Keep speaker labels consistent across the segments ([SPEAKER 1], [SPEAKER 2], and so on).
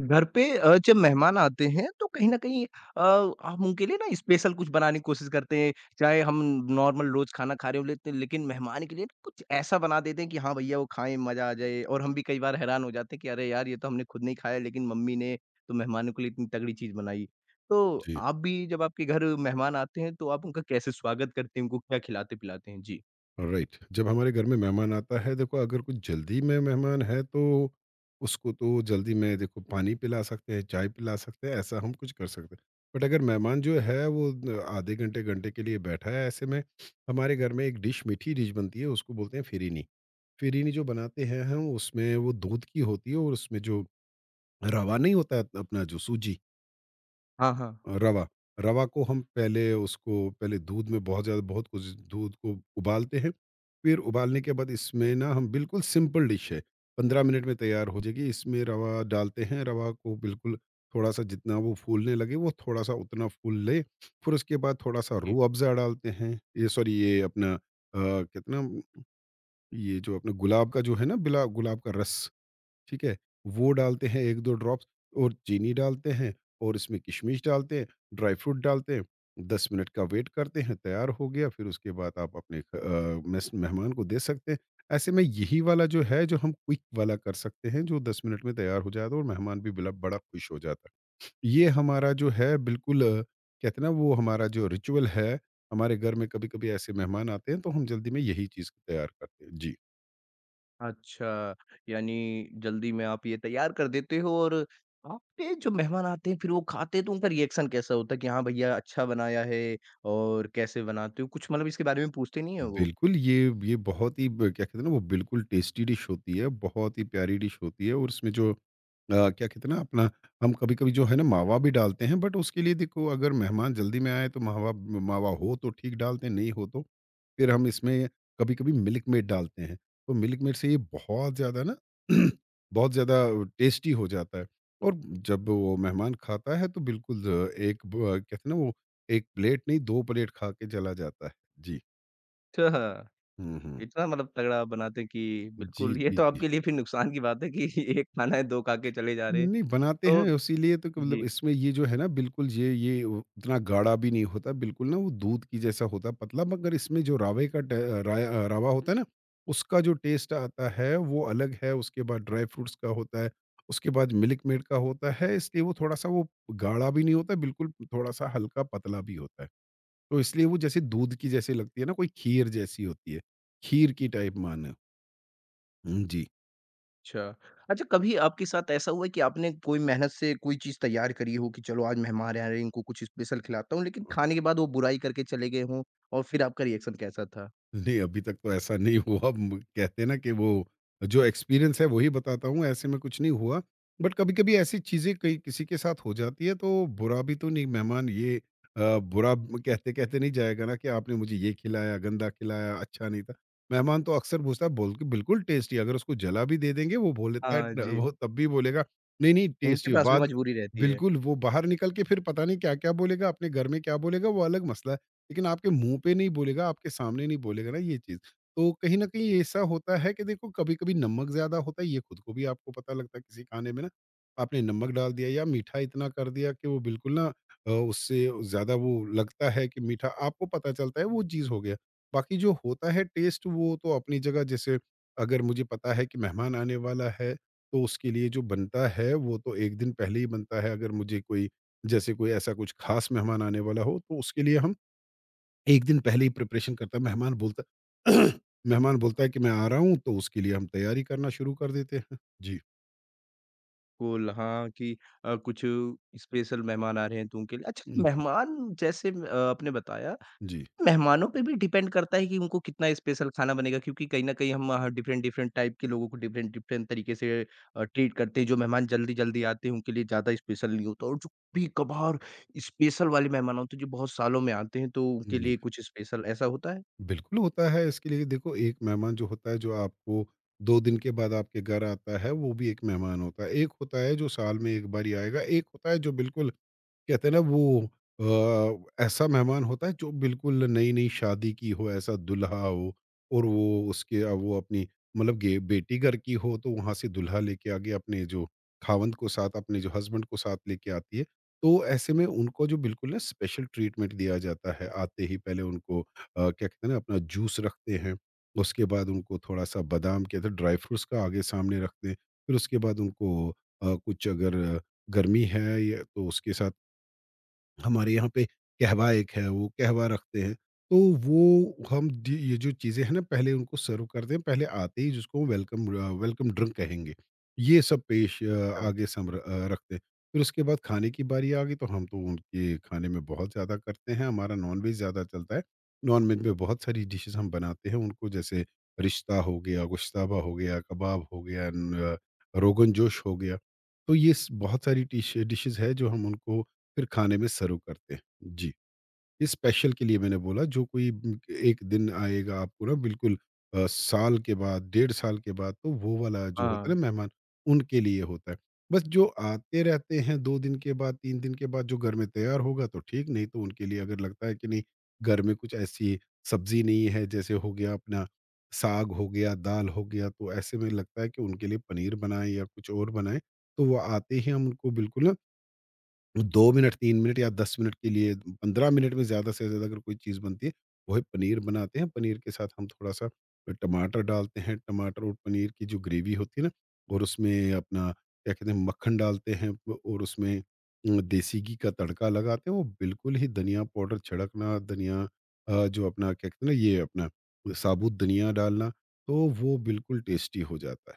[SPEAKER 1] घर पे जब मेहमान आते हैं तो कहीं न कहीं हम उनके लिए ना स्पेशल कुछ बनाने की कोशिश करते हैं। चाहे हम नॉर्मल रोज़ खाना खा रहे हो लेते हैं, लेकिन मेहमान के लिए ना कुछ ऐसा बना देते हैं कि हाँ, भैया वो खाएँ, मज़ा आ जाए और हम भी कई बार हैरान हो जाते हैं कि अरे यार! ये तो हमने खुद नहीं खाया लेकिन मम्मी ने तो मेहमानों के लिए इतनी तगड़ी चीज़ बनाई। तो
[SPEAKER 2] जी,
[SPEAKER 1] आप भी जब आपके घर मेहमान आते हैं तो आप उनका कैसे स्वागत करते हैं? उनको क्या खिलाते-पिलाते हैं? जी।
[SPEAKER 2] राइट। जब हमारे घर में मेहमान आता है, देखो अगर कुछ जल्दी में मेहमान है, तो उसको तो जल्दी में देखो पानी पिला सकते हैं, चाय पिला सकते हैं, ऐसा हम कुछ कर सकते हैं। बट अगर मेहमान जो है वो न आधे घंटे, घंटे के लिए बैठा है, ऐसे में हमारे घर में एक डिश, मीठी डिश बनती है, उसको बोलते हैं फ़िरीनी। फ़िरीनी जो बनाते हैं हम, उसमें वो दूध की होती है और उसमें जो रवा नहीं होता अपना जो सूजी
[SPEAKER 1] हाँ, हाँ।
[SPEAKER 2] रवा, रवा, को हम पहले उसको पहले दूध में बहुत ज़्यादा बहुत कुछ दूध को उबालते हैं, फिर उबालने के बाद इसमें ना हम बिल्कुल सिंपल डिश है, 15 मिनट में तैयार हो जाएगी। इसमें रवा डालते हैं, रवा को बिल्कुल थोड़ा-सा जितना वो फूलने लगे, वो थोड़ा-सा उतना फूल ले, फिर उसके बाद थोड़ा-सा रूह अफ़ज़ा डालते हैं। ये सॉरी ये अपना अ, कितना ये जो अपना गुलाब का जो है ना बिला गुलाब का रस ठीक है? वो डालते हैं 1-2 ड्रॉप्स और चीनी डालते हैं और इसमें किशमिश डालते हैं, ड्राई फ्रूट डालते हैं। 10 मिनट का वेट करते हैं, तैयार हो गया, फिर उसके बाद आप अपने ख- अ, मेस मेहमान को दे सकते हैं। ऐसे में यही वाला जो है, जो हम क्विक वाला कर सकते हैं, जो 10 मिनट में तैयार हो जाता है और मेहमान भी बिला बड़ा खुश हो जाता है। ये हमारा जो है बिल्कुल कहते हैं ना वो हमारा जो रिचुअल है, हमारे घर में कभी-कभी ऐसे मेहमान आते हैं, तो हम जल्दी में यही चीज़ तैयार करते हैं। जी।
[SPEAKER 1] अच्छा, यानी जल्दी में आप ये तैयार कर देते हो और आपके जो मेहमान आते हैं फिर वो खाते हैं तो उनका रिएक्शन कैसा होता है कि हाँ भैया अच्छा बनाया है और कैसे बनाते हो? कुछ मतलब इसके बारे में पूछते नहीं है वो?
[SPEAKER 2] बिल्कुल, ये बहुत ही ब क्या कहते हैं ना वो बिल्कुल टेस्टी डिश होती है, बहुत ही प्यारी डिश होती है और इसमें जो क्या कहते हैं ना अपना हम कभी-कभी जो है ना मावा भी डालते हैं बट उसके लिए देखो अगर मेहमान जल्दी में आए तो मावा मावा हो तो ठीक डालते हैं, नहीं हो तो फिर हम इसमें कभी-कभी मिल्क मेड डालते हैं। तो मिल्क मेड से ये बहुत ज़्यादा ना बहुत ज़्यादा टेस्टी हो जाता है और जब वो मेहमान खाता है तो बिल्कुल ज एक ब कहते हैं ना वो 1 प्लेट नहीं 2 प्लेट खा के चला जाता है। जी।
[SPEAKER 1] अच्छा,
[SPEAKER 2] हुँ, हुँ।
[SPEAKER 1] इतना मतलब तगड़ा आप बनाते हैं कि
[SPEAKER 2] जी,
[SPEAKER 1] बिल्कुल ये
[SPEAKER 2] जी,
[SPEAKER 1] तो
[SPEAKER 2] जी।
[SPEAKER 1] आपके लिए फिर नुकसान की बात है कि 1 खाना है 2 खा के चले जा रहे हैं।
[SPEAKER 2] नहीं बनाते
[SPEAKER 1] तो
[SPEAKER 2] हैं इसीलिए तो कि मतलब
[SPEAKER 1] जी।
[SPEAKER 2] इसमें ये जो है ना बिल्कुल ये उतना गाढ़ा भी नहीं होता, बिल्कुल ना वो दूध की जैसा होता है पतला मगर इसमें जो रावे का ट राया रावा होता है ना, उसका जो टेस्ट आता है वो अलग है, उसके बाद ड्राई फ्रूट्स का होता है, उसके बाद मिल्क मेड का होता है, इसलिए वो थोड़ा-सा वो गाढ़ा भी नहीं होता, बिल्कुल थोड़ा-सा हल्का पतला भी होता है। तो इसलिए वो जैसे दूध की जैसी लगती है ना, कोई खीर जैसी होती है, खीर की टाइप मानो। हुँ, जी।
[SPEAKER 1] अच्छा। अच्छा कभी आपके साथ ऐसा हुआ है कि आपने कोई मेहनत से कोई चीज़ तैयार करी हो कि चलो आज मेहमान आ रहे हैं इनको कुछ स्पेशल खिलाता हूँ, लेकिन खाने के बाद वो बुराई करके चले गए हों और फिर आपका रिएक्शन कैसा था?
[SPEAKER 2] नहीं, अभी तक तो ऐसा नहीं हुआ म कहते हैं ना कि वो जो एक्सपीरियंस है वही बताता हूँ, ऐसे में कुछ नहीं हुआ। बट कभी-कभी ऐसी चीज़ें कई किसी के साथ हो जाती है तो बुरा भी तो नहीं मेहमान ये बुरा कहते-कहते नहीं जाएगा ना कि आपने मुझे ये खिलाया, गंदा खिलाया, अच्छा नहीं था। मेहमान तो अक्सर पूछता है बोल के बिल्कुल टेस्टी अगर उसको जला भी दे देंगे वो बोल देता है
[SPEAKER 1] हाँ
[SPEAKER 2] न
[SPEAKER 1] जी।
[SPEAKER 2] वो तब भी बोलेगा नहीं, नहीं
[SPEAKER 1] उनके
[SPEAKER 2] टेस्टी हो
[SPEAKER 1] पास भी
[SPEAKER 2] बाद
[SPEAKER 1] मजबूरी रहती है।
[SPEAKER 2] बिल्कुल वो बाहर निकल के फिर पता नहीं क्या-क्या बोलेगा, अपने घर में क्या बोलेगा वो अलग मसला है। लेकिन आपके मुँह पे नहीं बोलेगा, आपके सामने नहीं बोलेगा ना ये चीज़। तो कहीं न कहीं ऐसा होता है कि देखो कभी-कभी नमक ज़्यादा होता है, ये खुद को भी आपको पता लगता है किसी खाने में ना, आपने नमक डाल दिया या मीठा इतना कर दिया कि वो बिल्कुल ना उससे ज़्यादा वो लगता है कि मीठा आपको पता चलता है वो चीज़ हो गया। बाकी जो होता है टेस्ट वो तो अपनी जगह जैसे अगर मुझे पता है कि मेहमान आने वाला है, तो उसके लिए जो बनता है वो तो 1 दिन पहले ही बनता है। अगर मुझे कोई जैसे कोई ऐसा कुछ ख़ास मेहमान आने वाला हो, तो उसके लिए हम 1 दिन पहले ही प्रिपरेशन करता है, मेहमान बोलता मेहमान बोलता है कि मैं आ रहा हूँ, तो उसके लिए हम तैयारी करना शुरू कर देते हैं। जी।
[SPEAKER 1] बिल्कुल, हाँ कि कुछ स्पेशल मेहमान आ रहे हैं तो उनके लिए अच्छा
[SPEAKER 2] हुँ, जी,
[SPEAKER 1] मेहमान जैसे म आपने बताया
[SPEAKER 2] जी,
[SPEAKER 1] मेहमानों पे भी डिपेंड करता है कि उनको कितना स्पेशल खाना बनेगा क्योंकि कहीं न कहीं हम हाँ, डिफरेंट डिफरेंट टाइप के लोगों को डिफरेंट डिफरेंट तरीके से ट्रीट करते हैं। जो मेहमान जल्दी-जल्दी आते हैं उनके लिए ज़्यादा स्पेशल नहीं होता और जो कभी-कभार स्पेशल वाले मेहमान होते हैं जो बहुत सालों में आते हैं तो उनके
[SPEAKER 2] जी।
[SPEAKER 1] लिए कुछ स्पेशल ऐसा होता है?
[SPEAKER 2] बिल्कुल होता है, इसके लिए देखो एक मेहमान जो होता है, जो आपको 2 दिन के बाद आपके घर आता है, वो भी एक मेहमान होता है। एक होता है जो साल में 1 बार ही आएगा, एक होता है जो बिल्कुल कहते हैं ना वो ऐसा मेहमान होता है जो बिल्कुल नई-नई शादी की हो, ऐसा दूल्हा हो और वो उसके वो अपनी मतलब गे बेटी घर की हो तो वहाँ से दूल्हा लेके आगे अपने जो खावंद को साथ अपने जो हस्बैंड को साथ लेके आती है। तो ऐसे में उनको जो बिल्कुल ना स्पेशल ट्रीटमेंट दिया जाता है। आते ही पहले उनको क्या कहते हैं ना अपना जूस रखते हैं, उसके बाद उनको थोड़ा-सा बादाम के अंदर ड्राई फ्रूट्स का आगे सामने रखते हैं। फिर उसके बाद उनको कुछ अगर गर्मी है या तो उसके साथ हमारे यहाँ पे कहवा एक है, वो कहवा रखते हैं। तो वो हम डी ये जो चीज़ें हैं ना, पहले उनको सर्व करते हैं, पहले आते ही जिसको वेलकम ड्रिंक कहेंगे। ये सब पेश अ,
[SPEAKER 1] अच्छा।
[SPEAKER 2] आगे सम अ, रखते हैं। फिर उसके बाद खाने की बारी आ गई, तो हम तो उनके खाने में बहुत ज़्यादा करते हैं, हमारा नॉन-वेज ज़्यादा चलता है। नॉन-वेज में बहुत सारी डिशेज़ हम बनाते हैं उनको, जैसे रिश्ता हो गया, गुश्ताबा हो गया, कबाब हो गया, न रोगन जोश हो गया। तो ये स बहुत सारी डिशेज़ हैं, जो हम उनको फिर खाने में सर्व करते हैं। जी, इस स्पेशल के लिए मैंने बोला जो कोई एक दिन आएगा आपको ना बिल्कुल साल के बाद, डेढ़ साल के बाद तो वो वाला जो
[SPEAKER 1] हाँ,
[SPEAKER 2] होता है ना मेहमान, उनके लिए होता है। बस जो आते रहते हैं 2 दिन के बाद, 3 दिन के बाद जो घर में तैयार होगा तो ठीक, नहीं तो उनके लिए अगर लगता है कि नहीं घर में कुछ ऐसी सब्ज़ी नहीं है जैसे हो गया अपना साग हो गया, दाल हो गया, तो ऐसे में लगता है कि उनके लिए पनीर बनाएँ या कुछ और बनाएँ, तो वो आते ही हम उनको बिल्कुल ना 2 मिनट, 3 मिनट या 10 मिनट के लिए 15 मिनट में ज़्यादा से ज़्यादा अगर कोई चीज़ बनती है, वो है पनीर बनाते हैं। पनीर के साथ हम थोड़ा-सा टमाटर डालते हैं, टमाटर और पनीर की जो ग्रेवी होती है ना और उसमें अपना क्या कहते हैं मक्खन डालते हैं व और उसमें देसी घी का तड़का लगाते हैं। वो बिल्कुल ही धनिया पाउडर छिड़कना, जो अपना क्या कहते हैं ना ये अपना साबुत धनिया डालना, तो वो बिल्कुल टेस्टी हो जाता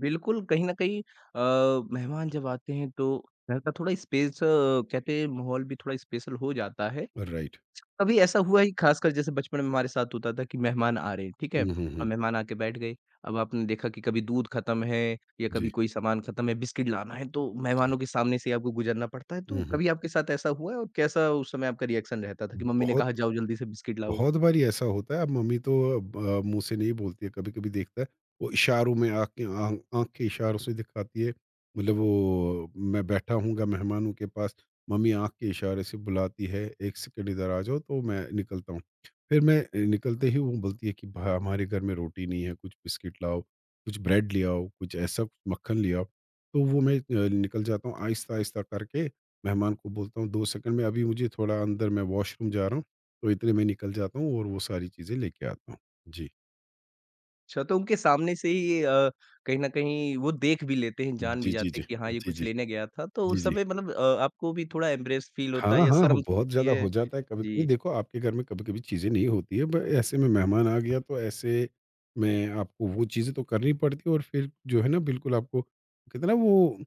[SPEAKER 1] बिल्कुल कहीं न कहीं मेहमान जब आते हैं तो घर का थोड़ा स्पेस कहते हैं माहौल भी थोड़ा स्पेशल हो जाता है।
[SPEAKER 2] है। राइट।
[SPEAKER 1] कभी ऐसा हुआ है खासकर जैसे बचपन में हमारे साथ होता था कि मेहमान आ रहे हैं, ठीक है?
[SPEAKER 2] हुँ, हुँ,
[SPEAKER 1] अब
[SPEAKER 2] हुँ।
[SPEAKER 1] मेहमान आके बैठ गए, अब आपने देखा कि कभी दूध खत्म है या कभी
[SPEAKER 2] जी।
[SPEAKER 1] कोई सामान खत्म है, बिस्किट लाना है तो
[SPEAKER 2] जी, जी।
[SPEAKER 1] मेहमानों के सामने से आपको गुजरना पड़ता है, तो
[SPEAKER 2] हुँ, हुँ।
[SPEAKER 1] कभी आपके साथ ऐसा हुआ है और कैसा उस समय आपका रिएक्शन रहता था कि मम्मी ने
[SPEAKER 2] बहुत
[SPEAKER 1] कहा जाओ जल्दी से बिस्किट लाओ?
[SPEAKER 2] बहुत बारी ऐसा होता है अब मम्मी तो मुँह से नहीं बोलती है कभी-कभी देखता है वो इशारों में आँख के इशारों से दिखाती है मतलब वो मैं बैठा हूँगा मेहमानों के पास मम्मी आँख के इशारे से बुलाती है, 1 सेकंड इधर आ जाओ तो मैं निकलता हूँ। फिर मैं निकलते ही वो बोलती है कि भ हमारे घर में रोटी नहीं है कुछ बिस्किट लाओ, कुछ ब्रेड ले आओ, कुछ ऐसा कुछ मक्खन ले आओ। तो वो मैं निकल जाता हूँ आहिस्ता-आहिस्ता करके मेहमान को बोलता हूँ 2 सेकंड में अभी मुझे थोड़ा अंदर मैं वॉशरूम जा रहा हूँ। तो इतने में निकल जाता हूँ और वो सारी चीज़ें लेके आता हूँ। जी।
[SPEAKER 1] अच्छा तो उनके सामने से ही कहीं न कहीं वो देख भी लेते हैं, जान भी
[SPEAKER 2] जी, जी,
[SPEAKER 1] जाते हैं
[SPEAKER 2] जी।
[SPEAKER 1] कि हाँ, ये
[SPEAKER 2] जी,
[SPEAKER 1] कुछ
[SPEAKER 2] जी।
[SPEAKER 1] लेने गया था, तो
[SPEAKER 2] जी,
[SPEAKER 1] उस
[SPEAKER 2] जी।
[SPEAKER 1] समय मतलब आपको भी थोड़ा एम्बैरेस्ड फील होता है
[SPEAKER 2] हाँ,
[SPEAKER 1] या
[SPEAKER 2] हाँ, हो
[SPEAKER 1] शर्म सी
[SPEAKER 2] बहुत
[SPEAKER 1] लगती
[SPEAKER 2] ज़्यादा
[SPEAKER 1] है?
[SPEAKER 2] हो जाता है कभी-कभी
[SPEAKER 1] जी।
[SPEAKER 2] देखो आपके घर में कभी-कभी चीज़ें नहीं होती है, ब ऐसे में मेहमान आ गया तो ऐसे में आपको वो चीज़ें तो करनी पड़ती है और फिर जो है ना बिल्कुल आपको कहते हैं ना वो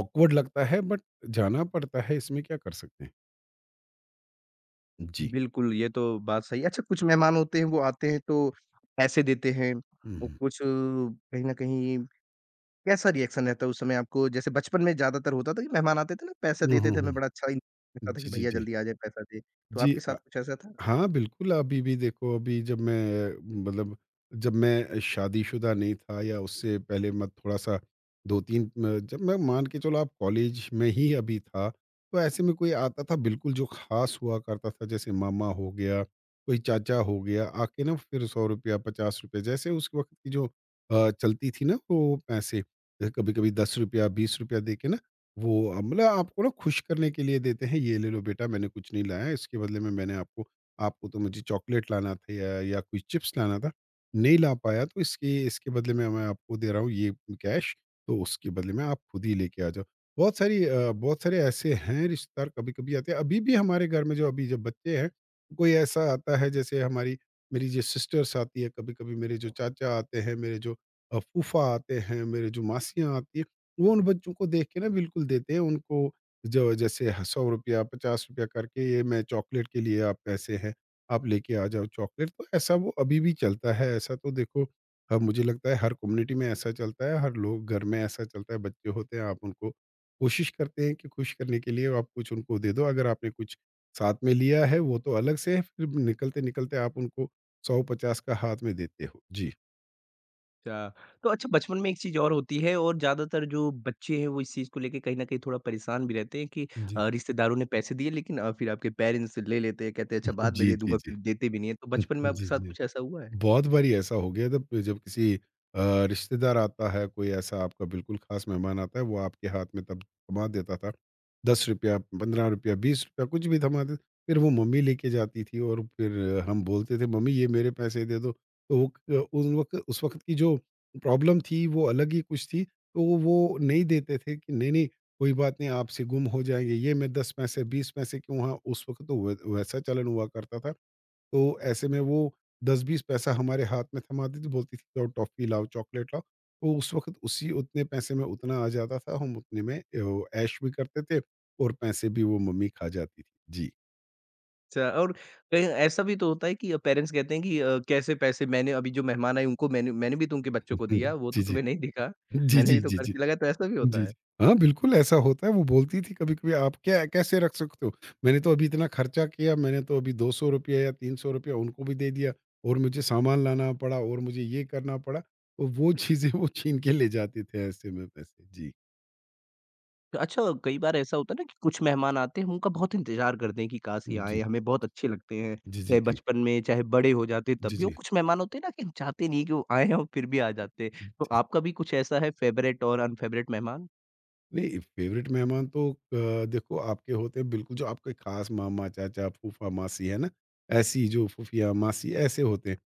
[SPEAKER 2] ऑकवर्ड लगता है बट जाना पड़ता है इसमें क्या कर सकते हैं। जी।
[SPEAKER 1] बिल्कुल, ये तो बात सही है। अच्छा कुछ मेहमान होते हैं वो आते हैं तो पैसे देते हैं,
[SPEAKER 2] हुँ,
[SPEAKER 1] तो
[SPEAKER 2] हुँ।
[SPEAKER 1] कुछ कहीं न कहीं कैसा रिएक्शन रहता है उस समय आपको? जैसे बचपन में ज़्यादातर होता था कि मेहमान आते थे ना पैसे
[SPEAKER 2] हुँ,
[SPEAKER 1] देते
[SPEAKER 2] हुँ,
[SPEAKER 1] थे,
[SPEAKER 2] हुँ।
[SPEAKER 1] हमें बड़ा अच्छा लगता था कि
[SPEAKER 2] जी, जी,
[SPEAKER 1] भैया
[SPEAKER 2] जी।
[SPEAKER 1] जल्दी आ जाए पैसा दे। तो
[SPEAKER 2] जी,
[SPEAKER 1] आपके साथ कुछ ऐसा था?
[SPEAKER 2] हाँ, बिल्कुल, अभी भी देखो अभी जब मैं मतलब जब मैं शादीशुदा नहीं था या उससे पहले मैं थोड़ा-सा 2-3 म जब मैं मान के चलो आप कॉलेज में ही अभी था, तो ऐसे में कोई आता था बिल्कुल जो ख़ास हुआ करता था, जैसे मामा हो गया, कोई चाचा हो गया, आके ना फिर ₹100 ₹50 जैसे उस वक़्त की जो चलती थी ना वो पैसे, कभी-कभी ₹10 ₹20 दे के ना वो मतलब आपको ना खुश करने के लिए देते हैं, "ये ले लो बेटा मैंने कुछ नहीं लाया, इसके बदले में मैंने आपको आपको तो मुझे चॉकलेट लाना था या कोई चिप्स लाना था, नहीं ला पाया तो इसके इसके बदले में मैं आपको दे रहा हूँ ये कैश, तो उसके बदले में आप खुद ही लेके आ जाओ। बहुत सारी बहुत सारे ऐसे हैं रिश्तेदार कभी-कभी आते हैं, अभी भी हमारे घर में जो अभी जब बच्चे हैं, कोई ऐसा आता है जैसे हमारी मेरी जो सिस्टर्स आती है, कभी-कभी मेरे जो चाचा आते हैं, मेरे जो फूफा आते हैं, मेरे जो मासियाँ आती हैं, वो उन बच्चों को देख के ना बिल्कुल देते हैं उनको जो जैसे ह ₹100 ₹50 करके ये मैं चॉकलेट के लिए आप पैसे हैं, आप लेके आ जाओ चॉकलेट। तो ऐसा वो अभी भी चलता है, ऐसा तो देखो मुझे लगता है हर कम्युनिटी में ऐसा चलता है, हर लोग घर में ऐसा चलता है, बच्चे होते हैं आप उनको कोशिश करते हैं कि खुश करने के लिए आप कुछ उनको दे दो। अगर आपने कुछ साथ में लिया है वो तो अलग से है, फिर निकलते-निकलते आप उनको 100-50 का हाथ में देते हो। जी।
[SPEAKER 1] अच्छा। तो अच्छा बचपन में एक चीज़ और होती है और ज़्यादातर जो बच्चे हैं वो इस चीज़ को लेके कहीं न कहीं थोड़ा परेशान भी रहते हैं कि
[SPEAKER 2] जी।
[SPEAKER 1] रिश्तेदारों ने पैसे दिए लेकिन फिर आपके पेरेंट्स ले लेते हैं, कहते हैं अच्छा बाद में
[SPEAKER 2] जी,
[SPEAKER 1] दे
[SPEAKER 2] जी,
[SPEAKER 1] दूँगा,
[SPEAKER 2] जी।
[SPEAKER 1] फिर देते भी नहीं है। तो
[SPEAKER 2] हुँ,
[SPEAKER 1] बचपन में आपके
[SPEAKER 2] जी,
[SPEAKER 1] साथ
[SPEAKER 2] जी।
[SPEAKER 1] कुछ ऐसा हुआ है?
[SPEAKER 2] बहुत बारी ऐसा हो गया जब जब किसी अ, रिश्तेदार आता है, कोई ऐसा आपका बिल्कुल ख़ास मेहमान आता है, वो आपके हाथ में तब थमा देता था। ₹10, ₹15, ₹20 कुछ भी थमा दे फिर वो मम्मी लेके जाती थी और फिर हम बोलते थे, "मम्मी ये मेरे पैसे दे दो।" तो वो क उन वक़्त उस वक़्त की जो प्रॉब्लम थी, वो अलग ही कुछ थी। तो वो नहीं देते थे कि नहीं, नहीं, कोई बात नहीं आपसे गुम हो जाएँगे। ये मैं 10 पैसे, 20 पैसे क्यों हाँ, उस वक़्त तो वै वैसा चलन हुआ करता था। तो ऐसे में वो 10-20 पैसा हमारे हाथ में थमा देती, बोलती थी जाओ टॉफ़ी लाओ, चॉकलेट लाओ। तो उस वक़्त उसी उतने पैसे में उतना आ जाता था, हम उतने में ओ ऐश भी करते थे और पैसे भी वो मम्मी खा जाती थी। जी।
[SPEAKER 1] अच्छा और कहीं ऐसा भी तो होता है कि पेरेंट्स कहते हैं कि कैसे पैसे मैंने अभी जो मेहमान आए उनको मैंने मैंने भी तो उनके बच्चों को दिया, वो तो
[SPEAKER 2] जी, जी।
[SPEAKER 1] तुम्हें नहीं दिखा,
[SPEAKER 2] जी,
[SPEAKER 1] मैंने
[SPEAKER 2] जी,
[SPEAKER 1] भी तो
[SPEAKER 2] जी, जी।
[SPEAKER 1] खर्चे लगाए, तो ऐसा भी होता
[SPEAKER 2] जी,
[SPEAKER 1] है?
[SPEAKER 2] जी। हाँ, बिल्कुल ऐसा होता है। वो बोलती थी कभी-कभी आप क्या कैसे रख सकते हो? मैंने तो अभी इतना खर्चा किया, मैंने तो अभी ₹200 या ₹300 उनको भी दे दिया और मुझे सामान लाना पड़ा और मुझे ये करना पड़ा। तो वो चीज़ें वो छीन के ले जाते थे ऐसे में पैसे। जी।
[SPEAKER 1] अच्छा कई बार ऐसा होता है ना कि कुछ मेहमान आते हैं हम उनका बहुत इंतज़ार करते हैं कि काश ये आएँ,
[SPEAKER 2] जी।
[SPEAKER 1] हमें बहुत अच्छे लगते हैं,
[SPEAKER 2] जी, जी,
[SPEAKER 1] चाहे
[SPEAKER 2] जी।
[SPEAKER 1] बचपन में, चाहे बड़े हो जाते तब
[SPEAKER 2] जी,
[SPEAKER 1] भी और
[SPEAKER 2] जी।
[SPEAKER 1] कुछ मेहमान होते हैं ना कि हम चाहते नहीं कि वो आएँ और फिर भी आ जाते हैं। तो
[SPEAKER 2] जी।
[SPEAKER 1] आपका भी कुछ ऐसा है फ़ेवरेट और अनफ़ेवरेट मेहमान?
[SPEAKER 2] नहीं फ़ेवरेट मेहमान तो देखो आपके होते हैं बिल्कुल जो आपके ख़ास मामा, चाचा, फूफा, मासी है ना? ऐसी जो फूफिया, मासी ऐसे होते हैं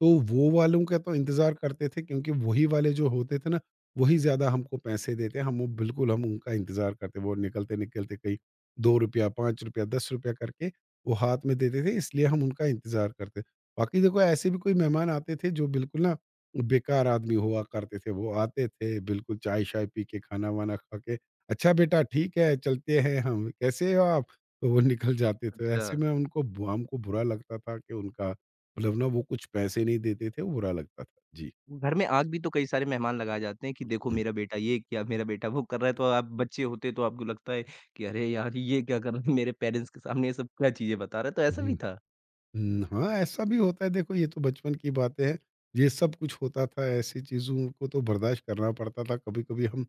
[SPEAKER 2] तो वो वालों का तो इंतज़ार करते थे क्योंकि वही वाले जो होते थे ना, वही ज़्यादा हमको पैसे देते हैं। हम वो बिल्कुल हम उनका इंतज़ार करते वो निकलते-निकलते कहीं ₹2, ₹5, ₹10 करके वो हाथ में देते थे, इसलिए हम उनका इंतज़ार करते। बाकी देखो ऐसे भी कोई मेहमान आते थे जो बिल्कुल ना बेकार आदमी हुआ करते थे। वो आते थे बिल्कुल चाय-शाय पी के, खाना-वाना खा के, "अच्छा बेटा ठीक है, चलते हैं हम। कैसे हो आप?" तो वो निकल जाते थे।
[SPEAKER 1] अच्छा।
[SPEAKER 2] ऐसे में उनको बु हमको बुरा लगता था कि उनका मतलब ना वो कुछ पैसे नहीं देते थे, वो बुरा लगता था। जी।
[SPEAKER 1] घर में आग भी तो कई सारे मेहमान लगाए जाते हैं कि देखो
[SPEAKER 2] हुँ,
[SPEAKER 1] मेरा बेटा ये किया, मेरा बेटा वो कर रहा है, तो आप बच्चे होते तो आपको लगता है कि अरे यार! ये क्या कर रहे हैं मेरे पेरेंट्स के सामने ये सब क्या चीज़ें बता रहा है, तो ऐसा
[SPEAKER 2] हुँ।
[SPEAKER 1] भी था।
[SPEAKER 2] हुँ, हाँ, ऐसा भी होता है देखो ये तो बचपन की बातें हैं। ये सब कुछ होता था, ऐसी चीज़ों को तो बर्दाश्त करना पड़ता था। कभी-कभी हम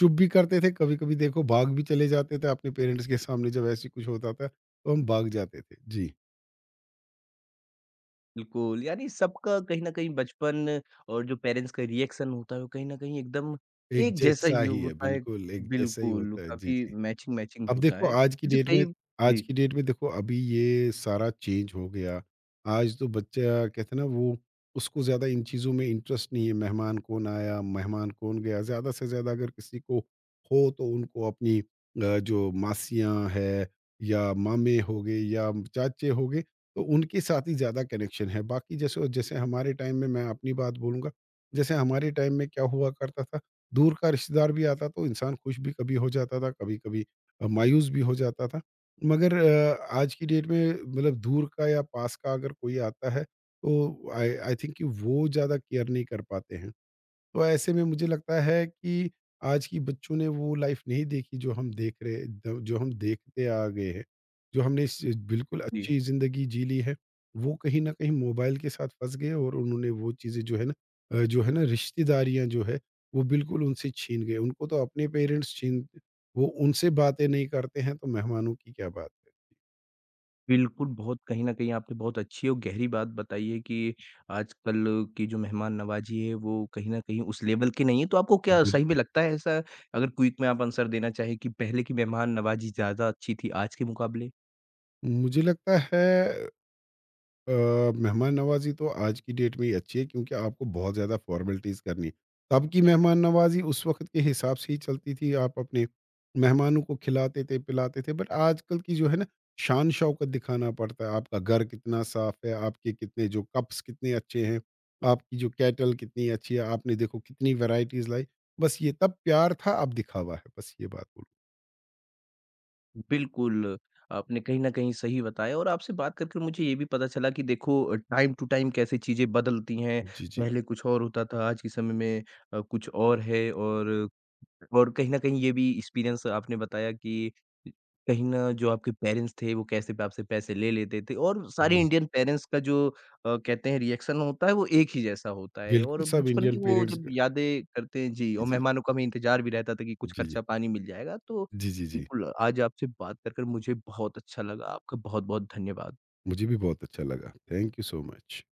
[SPEAKER 2] चुप भी करते थे, कभी-कभी देखो भाग भी चले जाते थे अपने पेरेंट्स के सामने जब ऐसी कुछ होता था, तो हम भाग जाते थे। जी,
[SPEAKER 1] बिल्कुल, यानी सबका कहीं न कहीं बचपन और जो पेरेंट्स का रिएक्शन होता है, वो कहीं न कहीं एकदम
[SPEAKER 2] एक
[SPEAKER 1] एक जैसा
[SPEAKER 2] जैसा
[SPEAKER 1] ही
[SPEAKER 2] ही है,
[SPEAKER 1] होता है।
[SPEAKER 2] बिल्कुल एक जैसा ही
[SPEAKER 1] बिल्कुल,
[SPEAKER 2] होता है। जी,
[SPEAKER 1] काफ़ी
[SPEAKER 2] जी।
[SPEAKER 1] मैचिंग-मैचिंग
[SPEAKER 2] अब
[SPEAKER 1] होता
[SPEAKER 2] देखो
[SPEAKER 1] है। अच्छा कई
[SPEAKER 2] आज
[SPEAKER 1] जी,
[SPEAKER 2] की डेट में देखो अभी ये सारा चेंज हो गया। आज तो बच्चा कहते हैं ना वो उसको ज़्यादा इन चीज़ों में इंटरेस्ट नहीं है, मेहमान कौन आया, मेहमान कौन गया, ज़्यादा से ज़्यादा अगर किसी को हो तो उनको अपनी जो मासियाँ हैं या मामे हो गए या चाचे हो गए, तो उनके साथ ही ज़्यादा कनेक्शन है। बाकी जैसे जैसे हमारे टाइम में मैं अपनी बात बोलूँगा, जैसे हमारे टाइम में क्या हुआ करता था, दूर का रिश्तेदार भी आता तो इंसान खुश भी कभी हो जाता था, कभी-कभी मायूस भी हो जाता था। मगर आज की डेट में मतलब दूर का या पास का अगर कोई आता है, तो आई आई थिंक कि वो ज़्यादा केयर नहीं कर पाते हैं। तो ऐसे में मुझे लगता है कि आज की बच्चों ने वो लाइफ नहीं देखी जो हम देख रहे द- जो हम देखते आ गए हैं बिल्कुल
[SPEAKER 1] जी।
[SPEAKER 2] अच्छी जिंदगी जी ली है वो कहीं ना कहीं मोबाइल के साथ फंस गए और उन्होंने वो चीज़ें जो है ना जो है ना रिश्तेदारियां जो है वो बिल्कुल उनसे छीन गए उनको तो अपने पेरेंट्स छीन वो उनसे बातें नहीं करते हैं तो मेहमानों की क्या बात है
[SPEAKER 1] बिल्कुल, बहुत कहीं न कहीं आपने बहुत अच्छी और गहरी बात बताई है कि आजकल की जो मेहमान नवाज़ी है, वो कहीं न कहीं उस लेवल की नहीं है। तो आपको क्या सही में
[SPEAKER 2] बिल्कुल
[SPEAKER 1] लगता है ऐसा? अगर क्विक में आप आंसर देना चाहें कि पहले की मेहमान नवाज़ी ज़्यादा अच्छी थी आज के मुकाबले?
[SPEAKER 2] मुझे लगता है अ, मेहमान नवाज़ी तो आज की डेट में ही अच्छी है क्योंकि आपको बहुत ज़्यादा फ़ॉर्मेलिटीज़ करनी है। तब की मेहमान नवाज़ी उस वक़्त के हिसाब से ही चलती थी, आप अपने मेहमानों को खिलाते थे, पिलाते थे बट आजकल की जो है ना शान शौकत दिखाना पड़ता है। आपका घर कितना साफ़ है, आपके कितने जो कप्स कितने अच्छे हैं, आपकी जो केटल कितनी अच्छी है, आपने देखो कितनी वैराइटीज़ लाई। बस ये तब प्यार था, अब दिखावा है, बस ये बात बोलूँ।
[SPEAKER 1] बिल्कुल, आपने कहीं न कहीं सही बताया और आपसे बात करके मुझे ये भी पता चला कि देखो टाइम टू टाइम कैसे चीज़ें बदलती हैं।
[SPEAKER 2] जी, जी।
[SPEAKER 1] पहले कुछ और होता था, आज के समय में कुछ और है और कहीं न कहीं ये भी एक्सपीरियंस आपने बताया कि कहीं न जो आपके पेरेंट्स थे वो कैसे पे आपसे पैसे ले लेते थे और सारे
[SPEAKER 2] जी,
[SPEAKER 1] इंडियन पेरेंट्स का जो कहते हैं रिएक्शन होता है वो एक ही जैसा होता है
[SPEAKER 2] बिल्कुल
[SPEAKER 1] और
[SPEAKER 2] सब
[SPEAKER 1] बचपन
[SPEAKER 2] इंडियन
[SPEAKER 1] की वो
[SPEAKER 2] पेरेंट्स
[SPEAKER 1] जब यादें करते हैं जी
[SPEAKER 2] जी,
[SPEAKER 1] और
[SPEAKER 2] जी।
[SPEAKER 1] मेहमानों का हमें इंतज़ार भी रहता था कि कुछ
[SPEAKER 2] जी, जी।
[SPEAKER 1] खर्चा पानी मिल जाएगा तो
[SPEAKER 2] जी, जी, जी।
[SPEAKER 1] बिल्कुल, आज आपसे बात कर मुझे बहुत अच्छा लगा। आपका बहुत-बहुत धन्यवाद।
[SPEAKER 2] मुझे भी बहुत अच्छा लगा। Thank you so much.